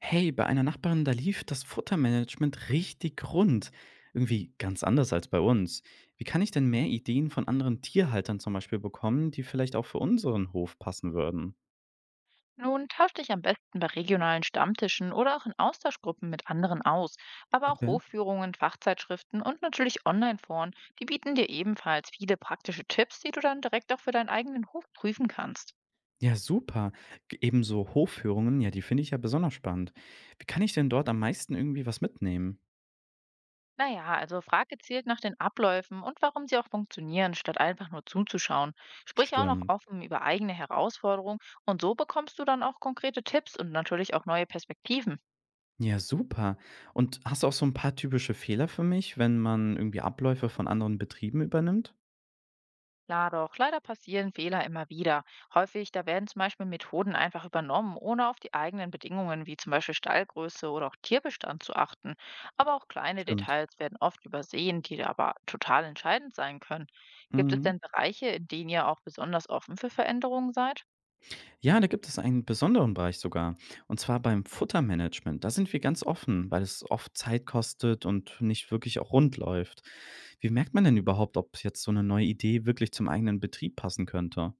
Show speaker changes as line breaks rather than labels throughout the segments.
Hey, bei einer Nachbarin, da lief das Futtermanagement richtig rund. Irgendwie ganz anders als bei uns. Wie kann ich denn mehr Ideen von anderen Tierhaltern zum Beispiel bekommen, die vielleicht auch für unseren Hof passen würden?
Nun tausch dich am besten bei regionalen Stammtischen oder auch in Austauschgruppen mit anderen aus. Aber auch
Okay.
Hofführungen, Fachzeitschriften und natürlich Online-Foren, die bieten dir ebenfalls viele praktische Tipps, die du dann direkt auch für deinen eigenen Hof prüfen kannst.
Ja, super. Ebenso Hofführungen, ja, die finde ich ja besonders spannend. Wie kann ich denn dort am meisten irgendwie was mitnehmen?
Naja, also frag gezielt nach den Abläufen und warum sie auch funktionieren, statt einfach nur zuzuschauen. Sprich auch noch
Stimmt.
offen über eigene Herausforderungen und so bekommst du dann auch konkrete Tipps und natürlich auch neue Perspektiven.
Ja, super. Und hast du auch so ein paar typische Fehler für mich, wenn man irgendwie Abläufe von anderen Betrieben übernimmt?
Klar doch, leider passieren Fehler immer wieder. Häufig, da werden zum Beispiel Methoden einfach übernommen, ohne auf die eigenen Bedingungen wie zum Beispiel Stallgröße oder auch Tierbestand zu achten. Aber auch kleine
Stimmt.
Details werden oft übersehen, die da aber total entscheidend sein können. Gibt es
Mhm.
denn Bereiche, in denen ihr auch besonders offen für Veränderungen seid?
Ja, da gibt es einen besonderen Bereich sogar. Und zwar beim Futtermanagement. Da sind wir ganz offen, weil es oft Zeit kostet und nicht wirklich auch rund läuft. Wie merkt man denn überhaupt, ob jetzt so eine neue Idee wirklich zum eigenen Betrieb passen könnte?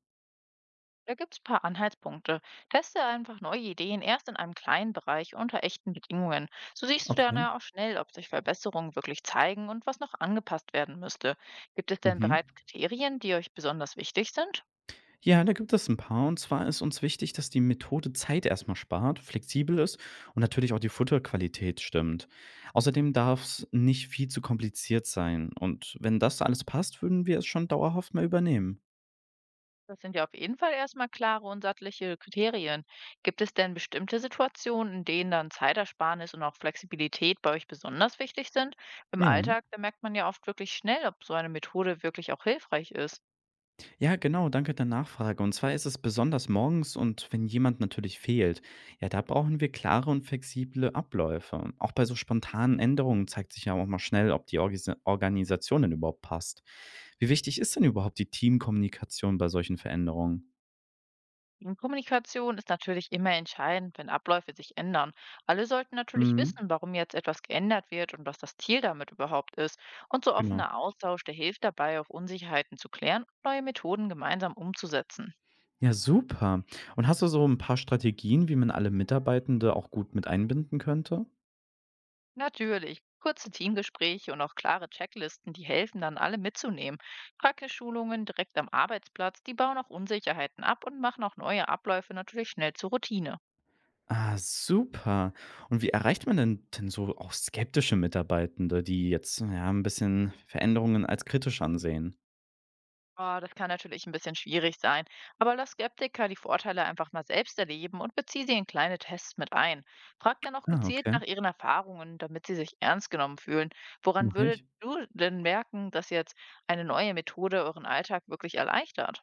Da gibt's paar Anhaltspunkte. Teste einfach neue Ideen erst in einem kleinen Bereich unter echten Bedingungen. So siehst du
Okay.
dann ja auch schnell, ob sich Verbesserungen wirklich zeigen und was noch angepasst werden müsste. Gibt es denn
Mhm.
bereits Kriterien, die euch besonders wichtig sind?
Ja, da gibt es ein paar. Und zwar ist uns wichtig, dass die Methode Zeit erstmal spart, flexibel ist und natürlich auch die Futterqualität stimmt. Außerdem darf es nicht viel zu kompliziert sein. Und wenn das alles passt, würden wir es schon dauerhaft mal übernehmen.
Das sind ja auf jeden Fall erstmal klare und sattliche Kriterien. Gibt es denn bestimmte Situationen, in denen dann Zeitersparnis und auch Flexibilität bei euch besonders wichtig sind? Im Alltag, da merkt man ja oft wirklich schnell, ob so eine Methode wirklich auch hilfreich ist.
Ja, genau, danke der Nachfrage. Und zwar ist es besonders morgens und wenn jemand natürlich fehlt, ja, da brauchen wir klare und flexible Abläufe. Auch bei so spontanen Änderungen zeigt sich ja auch mal schnell, ob die Organisation denn überhaupt passt. Wie wichtig ist denn überhaupt die Teamkommunikation bei solchen Veränderungen?
Und Kommunikation ist natürlich immer entscheidend, wenn Abläufe sich ändern. Alle sollten natürlich
Mhm.
wissen, warum jetzt etwas geändert wird und was das Ziel damit überhaupt ist. Und so
Genau.
offener Austausch, der hilft dabei, auf Unsicherheiten zu klären und neue Methoden gemeinsam umzusetzen.
Ja, super. Und hast du so ein paar Strategien, wie man alle Mitarbeitende auch gut mit einbinden könnte?
Natürlich, kurze Teamgespräche und auch klare Checklisten, die helfen dann alle mitzunehmen. Praxisschulungen direkt am Arbeitsplatz, die bauen auch Unsicherheiten ab und machen auch neue Abläufe natürlich schnell zur Routine.
Ah, super. Und wie erreicht man denn so auch skeptische Mitarbeitende, die jetzt, ja, ein bisschen Veränderungen als kritisch ansehen?
Ah, das kann natürlich ein bisschen schwierig sein, aber lass Skeptiker die Vorteile einfach mal selbst erleben und beziehe sie in kleine Tests mit ein. Frag dann auch
Ah,
gezielt
okay,
nach ihren Erfahrungen, damit sie sich ernst genommen fühlen. Woran
mache
würdet
ich.
du denn merken, dass jetzt eine neue Methode euren Alltag wirklich erleichtert?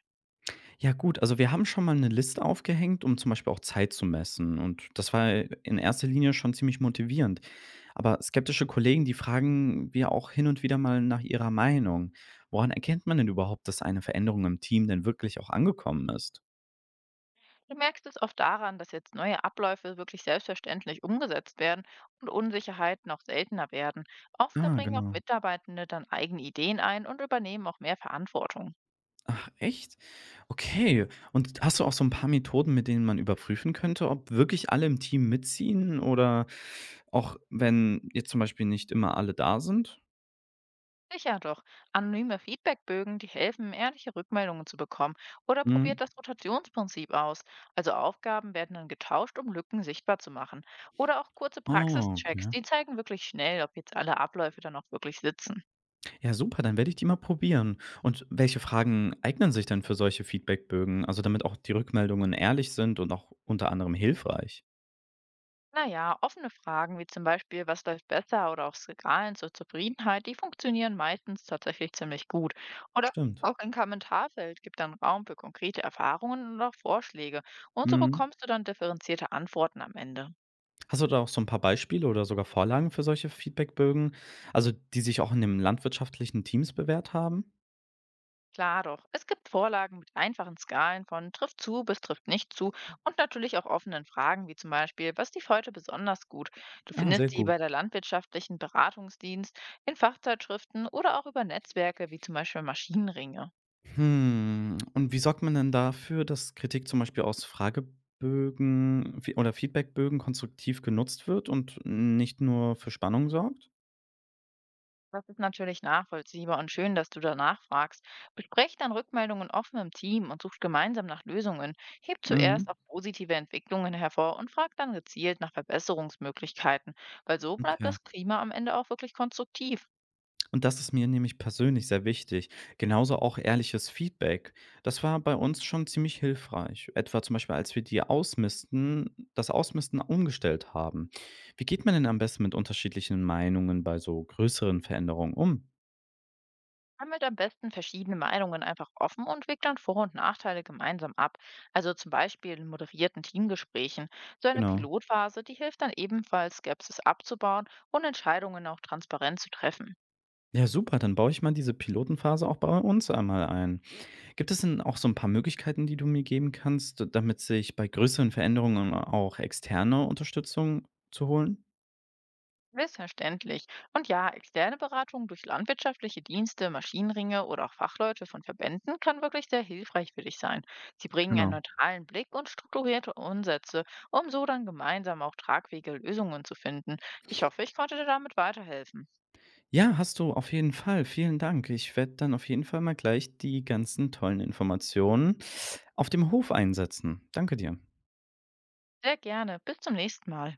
Ja gut, also wir haben schon mal eine Liste aufgehängt, um zum Beispiel auch Zeit zu messen und das war in erster Linie schon ziemlich motivierend. Aber skeptische Kollegen, die fragen wir auch hin und wieder mal nach ihrer Meinung. Woran erkennt man denn überhaupt, dass eine Veränderung im Team denn wirklich auch angekommen ist?
Du merkst es oft daran, dass jetzt neue Abläufe wirklich selbstverständlich umgesetzt werden und Unsicherheiten auch seltener werden. Oft da
Ah,
bringen auch
genau.
Mitarbeitende dann eigene Ideen ein und übernehmen auch mehr Verantwortung.
Ach, echt? Okay. Und hast du auch so ein paar Methoden, mit denen man überprüfen könnte, ob wirklich alle im Team mitziehen oder auch wenn jetzt zum Beispiel nicht immer alle da sind?
Sicher doch. Anonyme Feedbackbögen, die helfen, ehrliche Rückmeldungen zu bekommen. Oder
Mhm.
probiert das Rotationsprinzip aus. Also Aufgaben werden dann getauscht, um Lücken sichtbar zu machen. Oder auch kurze
Ah,
Praxischecks,
okay.
die zeigen wirklich schnell, ob jetzt alle Abläufe dann auch wirklich sitzen.
Ja, super, dann werde ich die mal probieren. Und welche Fragen eignen sich denn für solche Feedbackbögen? Also, damit auch die Rückmeldungen ehrlich sind und auch unter anderem hilfreich.
Naja, offene Fragen wie zum Beispiel, was läuft besser oder auch Skalen zur Zufriedenheit, die funktionieren meistens tatsächlich ziemlich gut. Oder
Stimmt.
auch ein Kommentarfeld gibt dann Raum für konkrete Erfahrungen und auch Vorschläge. Und so
Mhm.
bekommst du dann differenzierte Antworten am Ende.
Hast du da auch so ein paar Beispiele oder sogar Vorlagen für solche Feedbackbögen, also, die sich auch in den landwirtschaftlichen Teams bewährt haben?
Klar doch. Es gibt Vorlagen mit einfachen Skalen von trifft zu bis trifft nicht zu und natürlich auch offenen Fragen wie zum Beispiel, was lief heute besonders gut? Du
Ah, sehr
findest sie
gut.
bei der landwirtschaftlichen Beratungsdienst, in Fachzeitschriften oder auch über Netzwerke wie zum Beispiel Maschinenringe.
Hm, und wie sorgt man denn dafür, dass Kritik zum Beispiel aus Fragebögen Fe oder Feedbackbögen konstruktiv genutzt wird und nicht nur für Spannung sorgt?
Das ist natürlich nachvollziehbar und schön, dass du danach fragst. Besprecht dann Rückmeldungen offen im Team und sucht gemeinsam nach Lösungen. Hebt
Mhm,
zuerst auch positive Entwicklungen hervor und fragt dann gezielt nach Verbesserungsmöglichkeiten, weil so bleibt
okay.
das Klima am Ende auch wirklich konstruktiv.
Und das ist mir nämlich persönlich sehr wichtig. Genauso auch ehrliches Feedback. Das war bei uns schon ziemlich hilfreich. Etwa zum Beispiel, als wir die Ausmisten das Ausmisten umgestellt haben. Wie geht man denn am besten mit unterschiedlichen Meinungen bei so größeren Veränderungen um?
Sammelt am besten verschiedene Meinungen einfach offen und wägt dann Vor- und Nachteile gemeinsam ab. Also zum Beispiel in moderierten Teamgesprächen. So eine
Genau.
Pilotphase, die hilft dann ebenfalls, Skepsis abzubauen und Entscheidungen auch transparent zu treffen.
Ja, super, dann baue ich mal diese Pilotenphase auch bei uns einmal ein. Gibt es denn auch so ein paar Möglichkeiten, die du mir geben kannst, damit sich bei größeren Veränderungen auch externe Unterstützung zu holen?
Missverständlich. Und ja, externe Beratung durch landwirtschaftliche Dienste, Maschinenringe oder auch Fachleute von Verbänden kann wirklich sehr hilfreich für dich sein. Sie bringen einen
Genau.
neutralen Blick und strukturierte Ansätze, um so dann gemeinsam auch tragfähige Lösungen zu finden. Ich hoffe, ich konnte dir damit weiterhelfen.
Ja, hast du auf jeden Fall. Vielen Dank. Ich werde dann auf jeden Fall mal gleich die ganzen tollen Informationen auf dem Hof einsetzen. Danke dir.
Sehr gerne. Bis zum nächsten Mal.